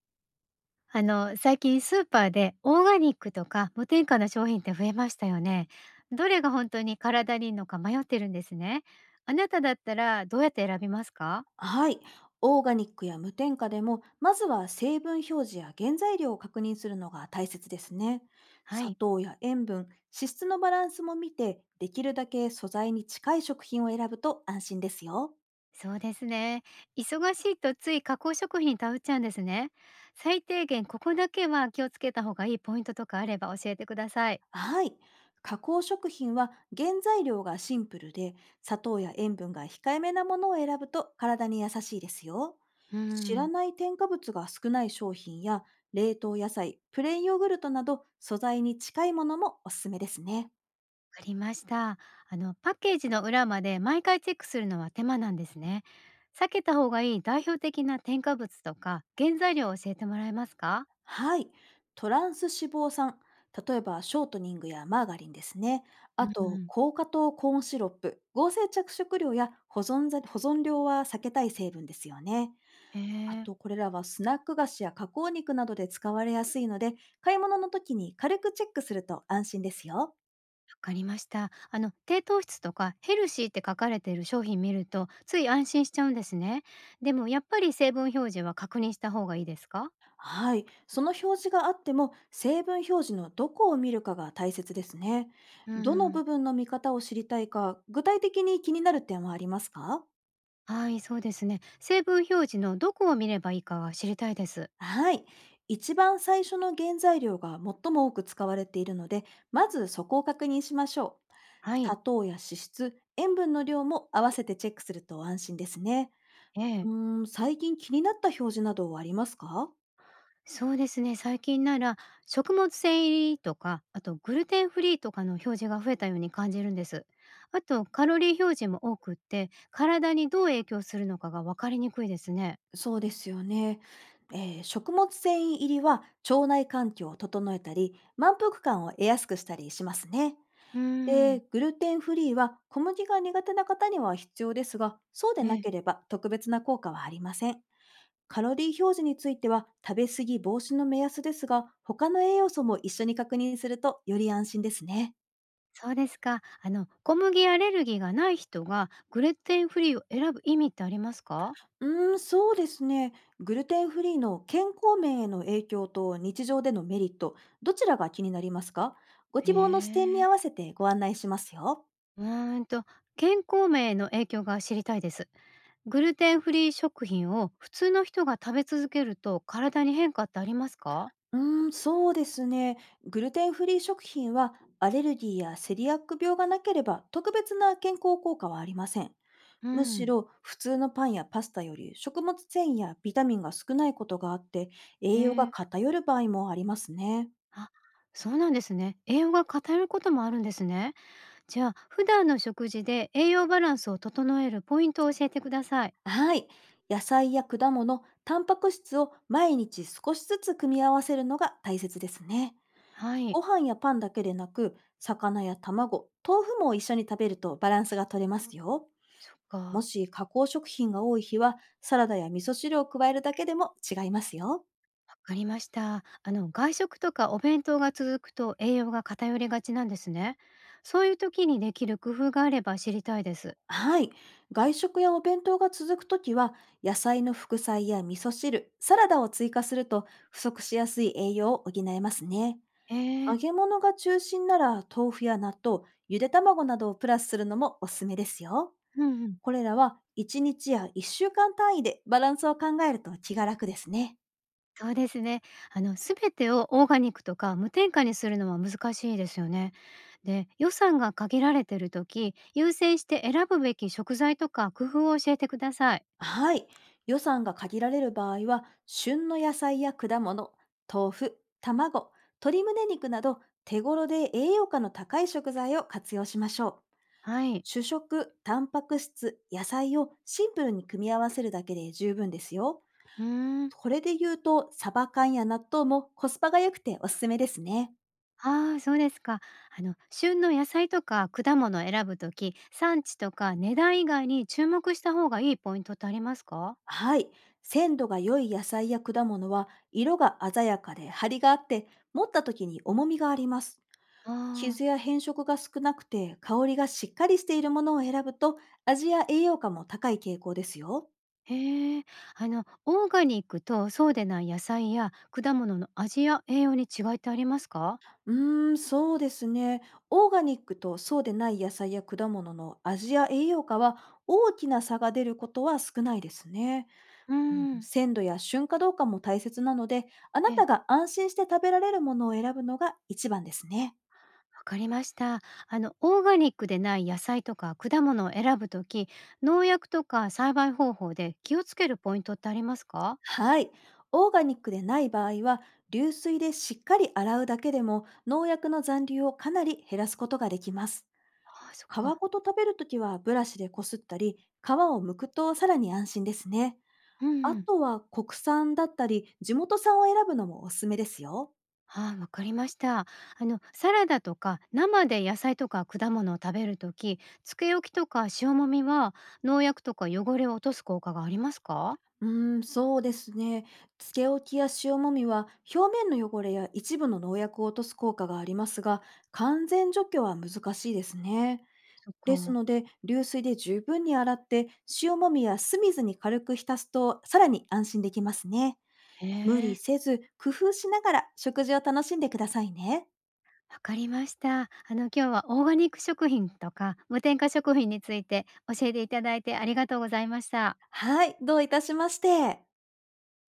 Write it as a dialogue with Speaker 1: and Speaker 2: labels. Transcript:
Speaker 1: 最近スーパーでオーガニックとか無添加の商品って増えましたよね。どれが本当に体にいいのか迷ってるんですね。あなただったらどうやって選びますか？
Speaker 2: はい。オーガニックや無添加でも、まずは成分表示や原材料を確認するのが大切ですね。
Speaker 1: は
Speaker 2: 砂
Speaker 1: い、
Speaker 2: 糖や塩分、脂質のバランスも見て、できるだけ素材に近い食品を選ぶと安心ですよ。
Speaker 1: そうですね。忙しいとつい加工食品食べちゃうんですね。最低限ここだけは気をつけた方がいいポイントとかあれば教えてください。
Speaker 2: はい。加工食品は原材料がシンプルで、砂糖や塩分が控えめなものを選ぶと体に優しいですよ。
Speaker 1: う
Speaker 2: 知ら
Speaker 1: ん。
Speaker 2: ない添加物が少ない商品や、冷凍野菜、プレーンヨーグルトなど素材に近いものもおすすめですね。
Speaker 1: かりました。パッケージの裏まで毎回チェックするのは手間なんですね。避けた方がいい代表的な添加物とか原材料を教えてもらえますか？
Speaker 2: はい。トランス脂肪酸。例えばショートニングやマーガリンですね。
Speaker 1: う
Speaker 2: あ
Speaker 1: んう
Speaker 2: と、
Speaker 1: ん、
Speaker 2: 高果糖コーンシロップ、合成着色料や保存料は避けたい成分ですよね。
Speaker 1: へえ
Speaker 2: あ
Speaker 1: ー、わ
Speaker 2: と、これらはスナック菓子や加工肉などで使われやすいので、買い物の時に軽くチェックすると安心ですよ。
Speaker 1: かりました。低糖質とかヘルシーって書かれている商品見ると、つい安心しちゃうんですね。でも、やっぱり成分表示は確認した方がいいですか？
Speaker 2: はい。その表示があっても、成分表示のどこを見るかが大切ですね。
Speaker 1: う
Speaker 2: どの部
Speaker 1: ん、
Speaker 2: 分の見方を知りたいか、具体的に気になる点はありますか？
Speaker 1: はい、そうですね。成分表示のどこを見ればいいかは知りたいです。
Speaker 2: はい。一番最初の原材料が最も多く使われているので、まずそこを確認しましょう。
Speaker 1: はい。
Speaker 2: 砂糖や脂質、塩分の量も合わせてチェックすると安心ですね。
Speaker 1: ええ、
Speaker 2: 最近気になった表示などはありますか？
Speaker 1: そうですね、最近なら食物繊維入りとか、あとグルテンフリーとかの表示が増えたように感じるんです。あとカロリー表示も多くって、体にどう影響するのかが分かりにくいですね。
Speaker 2: そうですよね。食物繊維入りは腸内環境を整えたり、満腹感を得やすくしたりしますね。
Speaker 1: うー
Speaker 2: で、
Speaker 1: ん、
Speaker 2: グルテンフリーは小麦が苦手な方には必要ですが、そうでな
Speaker 1: え
Speaker 2: ければ特別な効果はありません。カロリー表示については食べ過ぎ防止の目安ですが、他の栄養素も一緒に確認するとより安心ですね。
Speaker 1: そうですか。小麦アレルギーがない人がグルテンフリーを選ぶ意味ってありますか？
Speaker 2: そうですね。グルテンフリーの健康面への影響と日常でのメリット、どちらが気になりますか？ご
Speaker 1: へ
Speaker 2: 希望の視点に
Speaker 1: え。
Speaker 2: 合わせてご案内しますよ。
Speaker 1: うーんと健康面への影響が知りたいです。グルテンフリー食品を普通の人が食べ続けると体に変化ってありますか？
Speaker 2: うそうですね。グルテンフリー食品はアレルギーやセリアック病がなければ特別な健康効果はありません。
Speaker 1: う
Speaker 2: むし
Speaker 1: ん、
Speaker 2: ろ普通のパンやパスタより食物繊維やビタミンが少ないことがあって
Speaker 1: へ
Speaker 2: 栄養が
Speaker 1: え。
Speaker 2: 偏る場合もありますね。
Speaker 1: あ、そうなんですね。栄養が偏ることもあるんですね。じゃあ、普段の食事で栄養バランスを整えるポイントを教えてください。
Speaker 2: はい。野菜や果物、タンパク質を毎日少しずつ組み合わせるのが大切ですね。
Speaker 1: は
Speaker 2: ご
Speaker 1: い、
Speaker 2: 飯やパンだけでなく、魚や卵、豆腐も一緒に食べるとバランスが取れますよ。
Speaker 1: そっ
Speaker 2: も
Speaker 1: か、
Speaker 2: し加工食品が多い日は、サラダや味噌汁を加えるだけでも違いますよ。
Speaker 1: わかりました。外食とかお弁当が続くと栄養が偏りがちなんですね。そういう時にできる工夫があれば知りたいです。
Speaker 2: はい。外食やお弁当が続くときは、野菜の副菜や味噌汁、サラダを追加すると不足しやすい栄養を補えますね。
Speaker 1: へ
Speaker 2: 揚
Speaker 1: え、
Speaker 2: げ物が中心なら豆腐や納豆、ゆで卵などをプラスするのもおすすめですよ。
Speaker 1: うんうん。
Speaker 2: これらは1日や1週間単位でバランスを考えると気が楽ですね。
Speaker 1: そうですね。すべてをオーガニックとか無添加にするのは難しいですよね。で、予算が限られてるとき、優先して選ぶべき食材とか工夫を教えてください。
Speaker 2: はい。予算が限られる場合は、旬の野菜や果物、豆腐、卵、鶏胸肉など手頃で栄養価の高い食材を活用しましょう。
Speaker 1: はい。
Speaker 2: 主食、タンパク質、野菜をシンプルに組み合わせるだけで十分ですよ。
Speaker 1: うーん、
Speaker 2: これで言うと、サバ缶や納豆もコスパが良くておすすめですね。
Speaker 1: ああ、そうですか。旬の野菜とか果物を選ぶとき、産地とか値段以外に注目した方がいいポイントってありますか？
Speaker 2: はい。鮮度が良い野菜や果物は、色が鮮やかで張りがあって、持った時に重みがあります。
Speaker 1: ああ、
Speaker 2: 傷や変色が少なくて、香りがしっかりしているものを選ぶと、味や栄養価も高い傾向ですよ。
Speaker 1: へえ。オーガニックとそうでない野菜や果物の味や栄養に違いってありますか？
Speaker 2: そうですね。オーガニックとそうでない野菜や果物の味や栄養価は、大きな差が出ることは少ないですね。
Speaker 1: うん。
Speaker 2: 鮮度や瞬かどうかも大切なので、あ
Speaker 1: え
Speaker 2: な
Speaker 1: え、
Speaker 2: たが安心して食べられるものを選ぶのが一番ですね。
Speaker 1: わかりました。オーガニックでない野菜とか果物を選ぶとき、農薬とか栽培方法で気をつけるポイントってありますか？
Speaker 2: はい。オーガニックでない場合は、流水でしっかり洗うだけでも農薬の残留をかなり減らすことができます。
Speaker 1: ああ、そっ
Speaker 2: 皮
Speaker 1: か。
Speaker 2: ごと食べるときはブラシでこすったり、皮を剥くとさらに安心ですね。
Speaker 1: う
Speaker 2: あ
Speaker 1: ん、
Speaker 2: とは国産だったり、地元産を選ぶのもおすすめですよ。
Speaker 1: ああ、わかりました。サラダとか生で野菜とか果物を食べるとき、つけ置きとか塩もみは農薬とか汚れを落とす効果がありますか？
Speaker 2: そうですね。つけ置きや塩もみは表面の汚れや一部の農薬を落とす効果がありますが、完全除去は難しいですね。
Speaker 1: そっ
Speaker 2: です
Speaker 1: か。
Speaker 2: ので、流水で十分に洗って、塩もみや酢水に軽く浸すと、さらに安心できますね。
Speaker 1: へ
Speaker 2: 無理
Speaker 1: え。
Speaker 2: せず、工夫しながら食事を楽しんでくださいね。
Speaker 1: わかりました。今日はオーガニック食品とか無添加食品について教えていただいてありがとうございました。
Speaker 2: はい、どういたしまして。